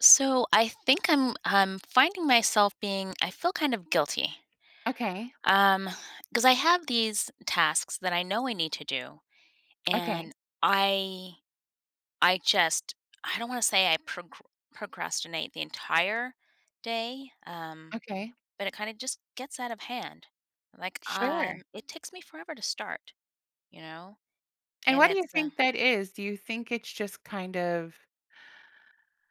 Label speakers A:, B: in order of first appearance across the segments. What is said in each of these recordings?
A: So I think I'm finding myself I feel kind of guilty.
B: Okay,
A: Um, because I have these tasks that I know I need to do,
B: okay,
A: and I, I just, I don't want to say I procrastinate the entire day,
B: okay.
A: but it kind of just gets out of hand. Like I'm,
B: Sure.
A: it takes me forever to start, you know,
B: And
A: and
B: what do you think that is? Do you think it's just kind of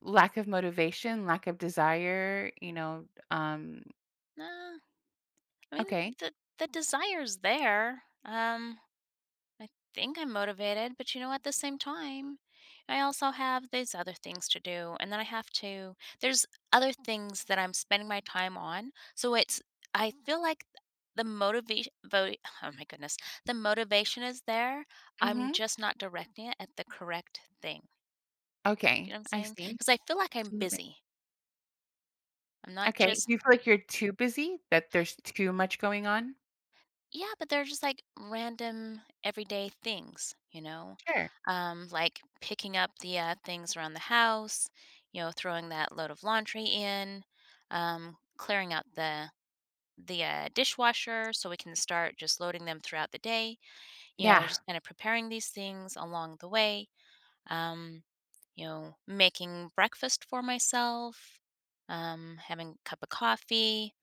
B: lack of motivation, lack of desire,
A: nah, I mean,
B: okay.
A: the desire's there. I think I'm motivated, but you know, at the same time, I also have these other things to do. And then I have to, there's other things that I'm spending my time on. So I feel like the motivation, oh my goodness, the motivation is there. I'm
B: Mhm.
A: just not directing it at the correct thing. You
B: Okay,
A: know what I'm
B: I
A: saying?
B: see.
A: Because I feel like I'm
B: Absolutely.
A: busy. I'm not
B: Okay, do
A: just
B: you feel like you're too busy, that there's too much going on?
A: Yeah, but they're just like random everyday things, you know,
B: Sure.
A: like picking up the things around the house, you know, throwing that load of laundry in, clearing out the dishwasher so we can start just loading them throughout the day. You
B: Yeah,
A: know, just kind of preparing these things along the way. Um, you know, making breakfast for myself, having a cup of coffee,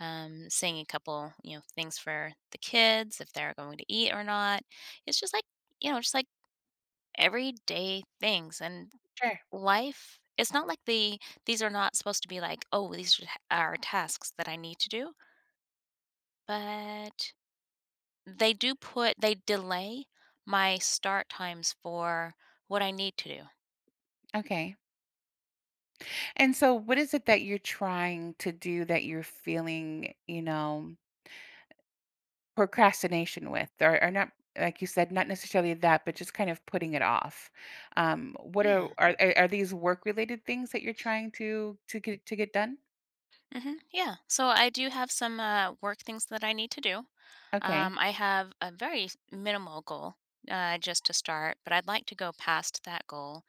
A: saying a couple, you know, things for the kids if they're going to eat or not. It's just like everyday things and
B: sure.
A: life. It's not like these are not supposed to be like, oh, these are tasks that I need to do, but they do put they delay my start times for what I need to do.
B: Okay. And so what is it that you're trying to do that you're feeling, procrastination with, or not like you said, not necessarily that, but just kind of putting it off. What are
A: Yeah.
B: are are are these work-related things that you're trying to to get done?
A: Yeah. So I do have some work things that I need to do.
B: Okay,
A: I have a very minimal goal just to start, but I'd like to go past that goal.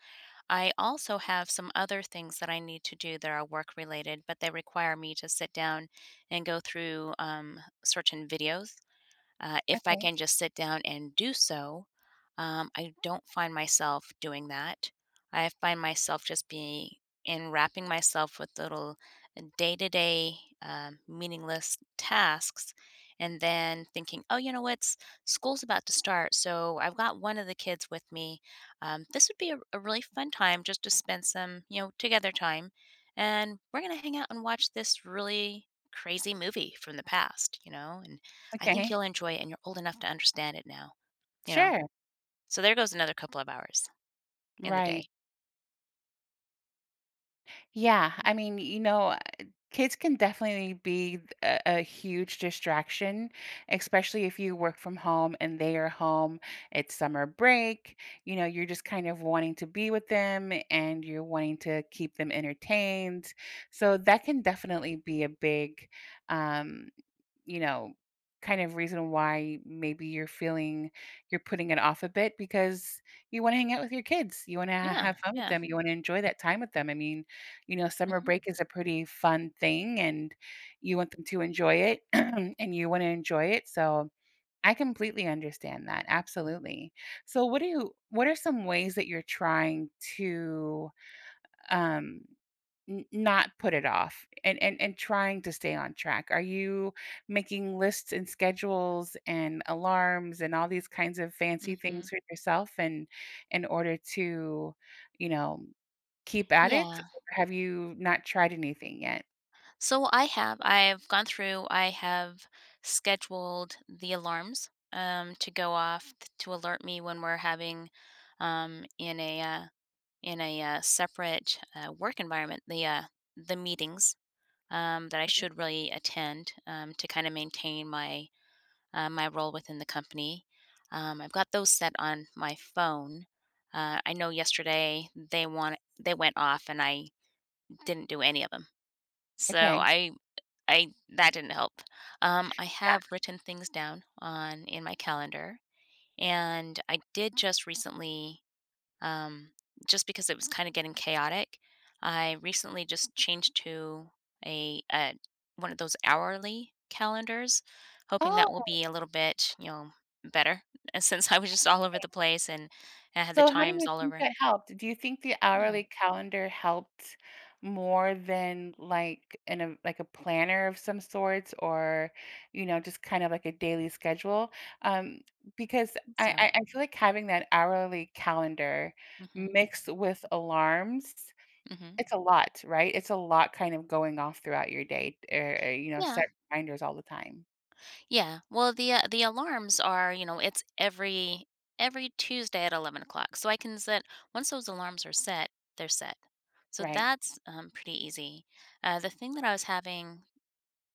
A: I also have some other things that I need to do that are work related, but they require me to sit down and go through certain videos. If I
B: okay,
A: can just sit down and do so, I don't find myself doing that. I find myself just being enwrapping myself with little day to day meaningless tasks and then thinking, oh, you know what? School's about to start. So I've got one of the kids with me. This would be a really fun time just to spend some, you know, together time. And we're going to hang out and watch this really crazy movie from the past, you know? And I think
B: okay.
A: you'll enjoy it and you're old enough to understand it now, you know?
B: Sure,
A: So there goes another couple of hours in the
B: right.
A: day.
B: Yeah, I mean, kids can definitely be a huge distraction, especially if you work from home and they are home. It's summer break. You know, you're just kind of wanting to be with them and you're wanting to keep them entertained. So that can definitely be a big um you know, kind of reason why maybe you're feeling you're putting it off a bit because you want to hang out with your kids. You want to
A: Yeah,
B: have fun with
A: yeah.
B: them. You want to enjoy that time with them. I mean, you know, summer
A: Mhm,
B: break is a pretty fun thing and you want them to enjoy it and you want to enjoy it. So I completely understand that. Absolutely. So what do you what are some ways that you're trying to um N not put it off and and trying to stay on track. Are you making lists and schedules and alarms and all these kinds of fancy things
A: mhm.
B: for yourself and in order to, you know, keep at it?
A: Yeah.
B: Or have you not tried anything yet?
A: So I've gone through, I have scheduled the alarms, to go off t to alert me when we're having, um, in a, uh in a separate, work environment, the meetings, that I
B: Okay.
A: should really attend, to kinda maintain my my role within the company. I've got those set on my phone. I know yesterday they went off and I didn't do any of them. So
B: Okay,
A: I that didn't help. I
B: yeah.
A: have written things down on in my calendar, and I did just recently, um, just because it was kind of getting chaotic. I recently just changed to a one of those hourly calendars, hoping that will
B: Oh,
A: be a little bit, you know, better, since I was just all over the place and I had
B: so
A: the
B: how do you
A: times all
B: think
A: over.
B: that helped? Do you think the
A: Yeah.
B: hourly calendar helped more than like a planner of some sorts or you know just kind of like a daily schedule? Um, because I,
A: So.
B: I I feel like having that hourly calendar
A: Mhm.
B: mixed with alarms,
A: Mhm.
B: it's a lot, right? It's a lot kind of going off throughout your day, or, you know,
A: Yeah.
B: set reminders all the time,
A: Yeah. Well, the alarms are, you know, it's every Tuesday at 11 o'clock. So I can set once those alarms are set, they're set. So
B: right?
A: that's pretty easy. The thing that I was having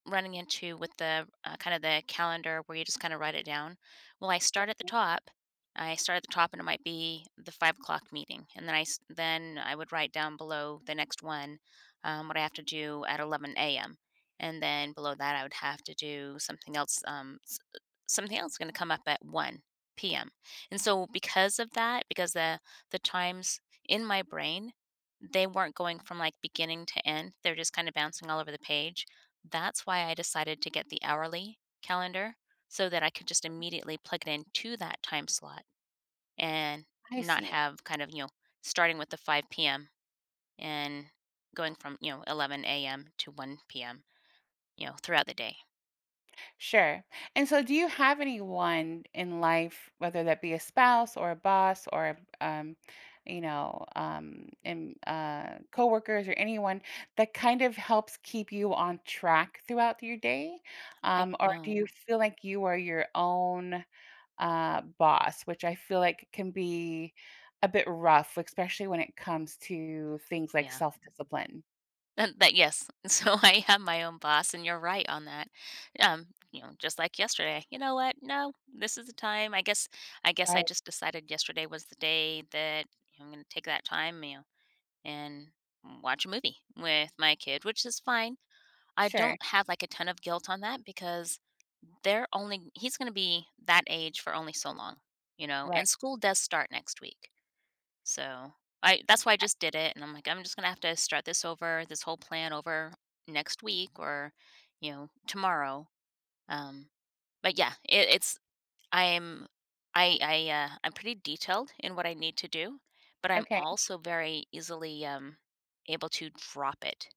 A: running into with the, kind of the calendar where you just kinda write it down. Well, I start at the top, and it might be the 5 o'clock meeting, and then I s then I would write down below the next one, what I have to do at 11 a.m., and then below that, I would have to do something else, s something else gonna come up at 1 p.m., and so because of that, because the times in my brain, they weren't going from, like, beginning to end, they're just kinda bouncing all over the page, that's why I decided to get the hourly calendar so that I could just immediately plug it into that time slot and
B: I
A: not
B: see.
A: have kind of, you know, starting with the 5 p.m. and going from, you know, 11 a.m. to 1 p.m., you know, throughout the day.
B: Sure. And so, do you have anyone in life, whether that be a spouse or a boss or you know, and coworkers or anyone that kind of helps keep you on track throughout your day,
A: I
B: or do
A: don't.
B: you feel like you are your own boss, which I feel like can be a bit rough, especially when it comes to things like
A: Yeah.
B: self discipline.
A: That, that yes. So I have my own boss and you're right on that. You know, just like yesterday. You know what? No, this is the time. I guess I
B: Right.
A: just decided yesterday was the day that I'm going to take that time, you know, and watch a movie with my kid, which is fine. I
B: Sure.
A: don't have like a ton of guilt on that because they're only he's going to be that age for only so long, you know.
B: Right.
A: And school does start next week. So, I that's why I just did it and I'm like I'm just going to have to start this over, this whole plan over next week or you know, tomorrow. Um but yeah, it's I'm I, I'm pretty detailed in what I need to do, but I'm
B: Okay.
A: also very easily, able to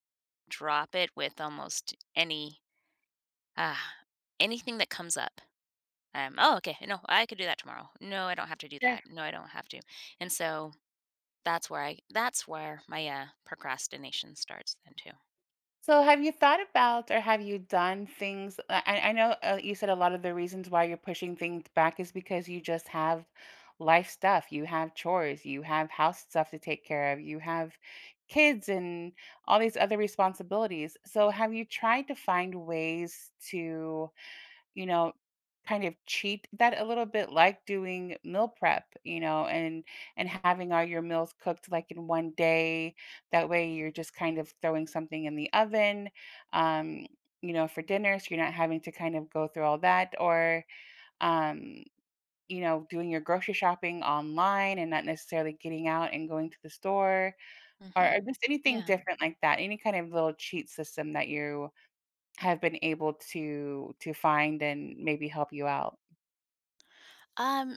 A: drop it with almost any uh, anything that comes up. Oh, okay, no, I could do that tomorrow. No, I don't have to do
B: Sure.
A: that. No, I don't have to. And so that's where my procrastination starts then too.
B: So have you thought about or have you done things I know, you said a lot of the reasons why you're pushing things back is because you just have life stuff, you have chores, you have house stuff to take care of, you have kids and all these other responsibilities. So have you tried to find ways to you know, kind of cheat that a little bit like doing meal prep, you know, and having all your meals cooked like in one day. That way you're just kind of throwing something in the oven, um, you know, for dinner. So you're not having to kind of go through all that or um, you know, doing your grocery shopping online and not necessarily getting out and going to the store or
A: hmm
B: just anything
A: Yeah.
B: different like that. Any kind of little cheat system that you have been able to find and maybe help you out.
A: Um.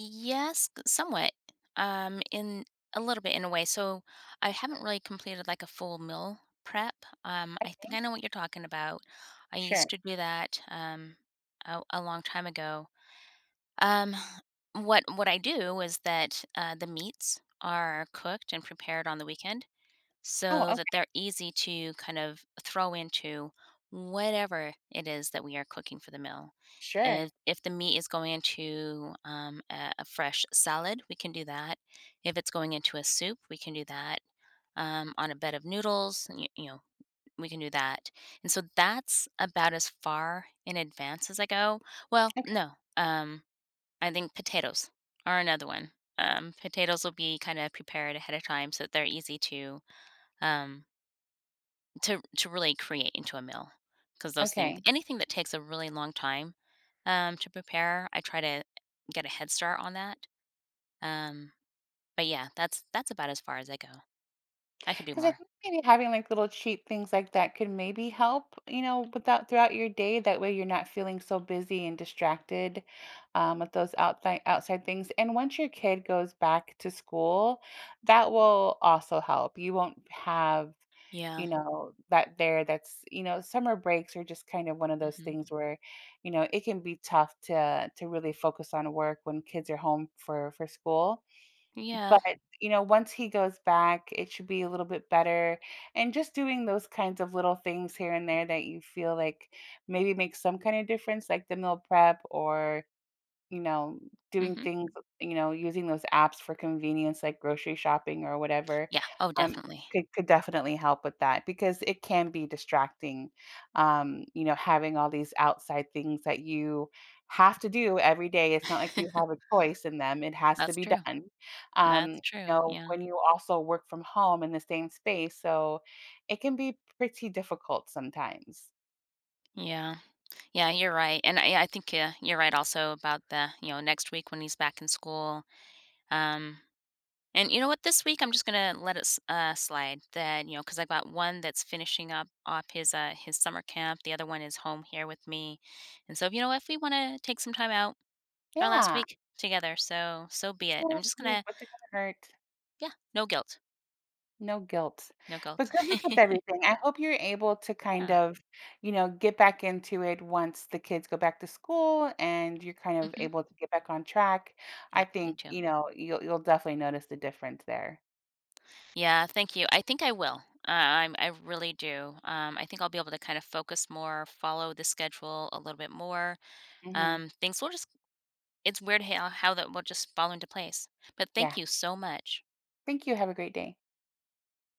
A: Yes, g somewhat, in a little bit in a way. So I haven't really completed like a full meal prep. I think I know what you're talking about. I
B: Sure.
A: used to do that, a long time ago. Um, what I do is that the meats are cooked and prepared on the weekend,
B: Oh,
A: so that
B: okay,
A: they're easy to kind of throw into whatever it is that we are cooking for the meal.
B: sure.
A: If the meat is going into a fresh salad, we can do that. If it's going into a soup, we can do that. On a bed of noodles, you know, we can do that. And so that's about as far in advance as I go. Well,
B: Okay,
A: no, um, I think potatoes are another one. Potatoes will be kind of prepared ahead of time so that they're easy to, um, to really create into a meal because those things,
B: okay.
A: anything that takes a really long time, to prepare I try to get a head start on that, um, but yeah that's about as far as I go. I could do
B: Because I
A: more.
B: think maybe having, like, little cheap things like that could maybe help, you know, without throughout your day, that way you're not feeling so busy and distracted, with those outside things, and once your kid goes back to school, that will also help. You won't have,
A: Yeah.
B: you know, that there that's you know, summer breaks are just kind of one of those
A: hmm
B: things where, you know, it can be tough to really focus on work when kids are home for school. But,
A: yeah.
B: you know, once he goes back, it should be a little bit better. And just doing those kinds of little things here and there that you feel like maybe make some kind of difference, like the meal prep or you know, doing
A: hmm
B: things, you know, using those apps for convenience like grocery shopping or whatever,
A: yeah, oh
B: um,
A: definitely.
B: could definitely help with that because it can be distracting, you know, having all these outside things that you have to do every day. It's not like you have a choice in them, it has to
A: That's
B: be
A: true.
B: done. You
A: That's true,
B: know, when you also work from home in the same space, so it can be pretty difficult sometimes.
A: yeah Yeah, you're right and I think, you're right also about the you know next week when he's back in school. um, And you know what? This week I'm just gonna let it slide. That You know, because I got one that's finishing up off his summer camp. The other one is home here with me. And so, you know, if we want to take some time out, our last
B: Yeah,
A: week together, so so be
B: it's
A: it.
B: what's it gonna hurt?
A: Yeah, no guilt,
B: No guilt.
A: no
B: But
A: guilt.
B: good luck with everything. I hope you're able to kind
A: Yeah.
B: of, you know, get back into it once the kids go back to school and you're kind of
A: hmm
B: able to get back on track. I
A: Yeah. Me
B: think,
A: too.
B: you know, you'll definitely notice the difference there.
A: Yeah. Thank you. I think I will. I really do. I think I'll be able to kind of focus more, follow the schedule a little bit more.
B: Mhm.
A: Things will just it's weird how that will just fall into place. But
B: Yeah.
A: thank you so much.
B: Thank you. Have a great day.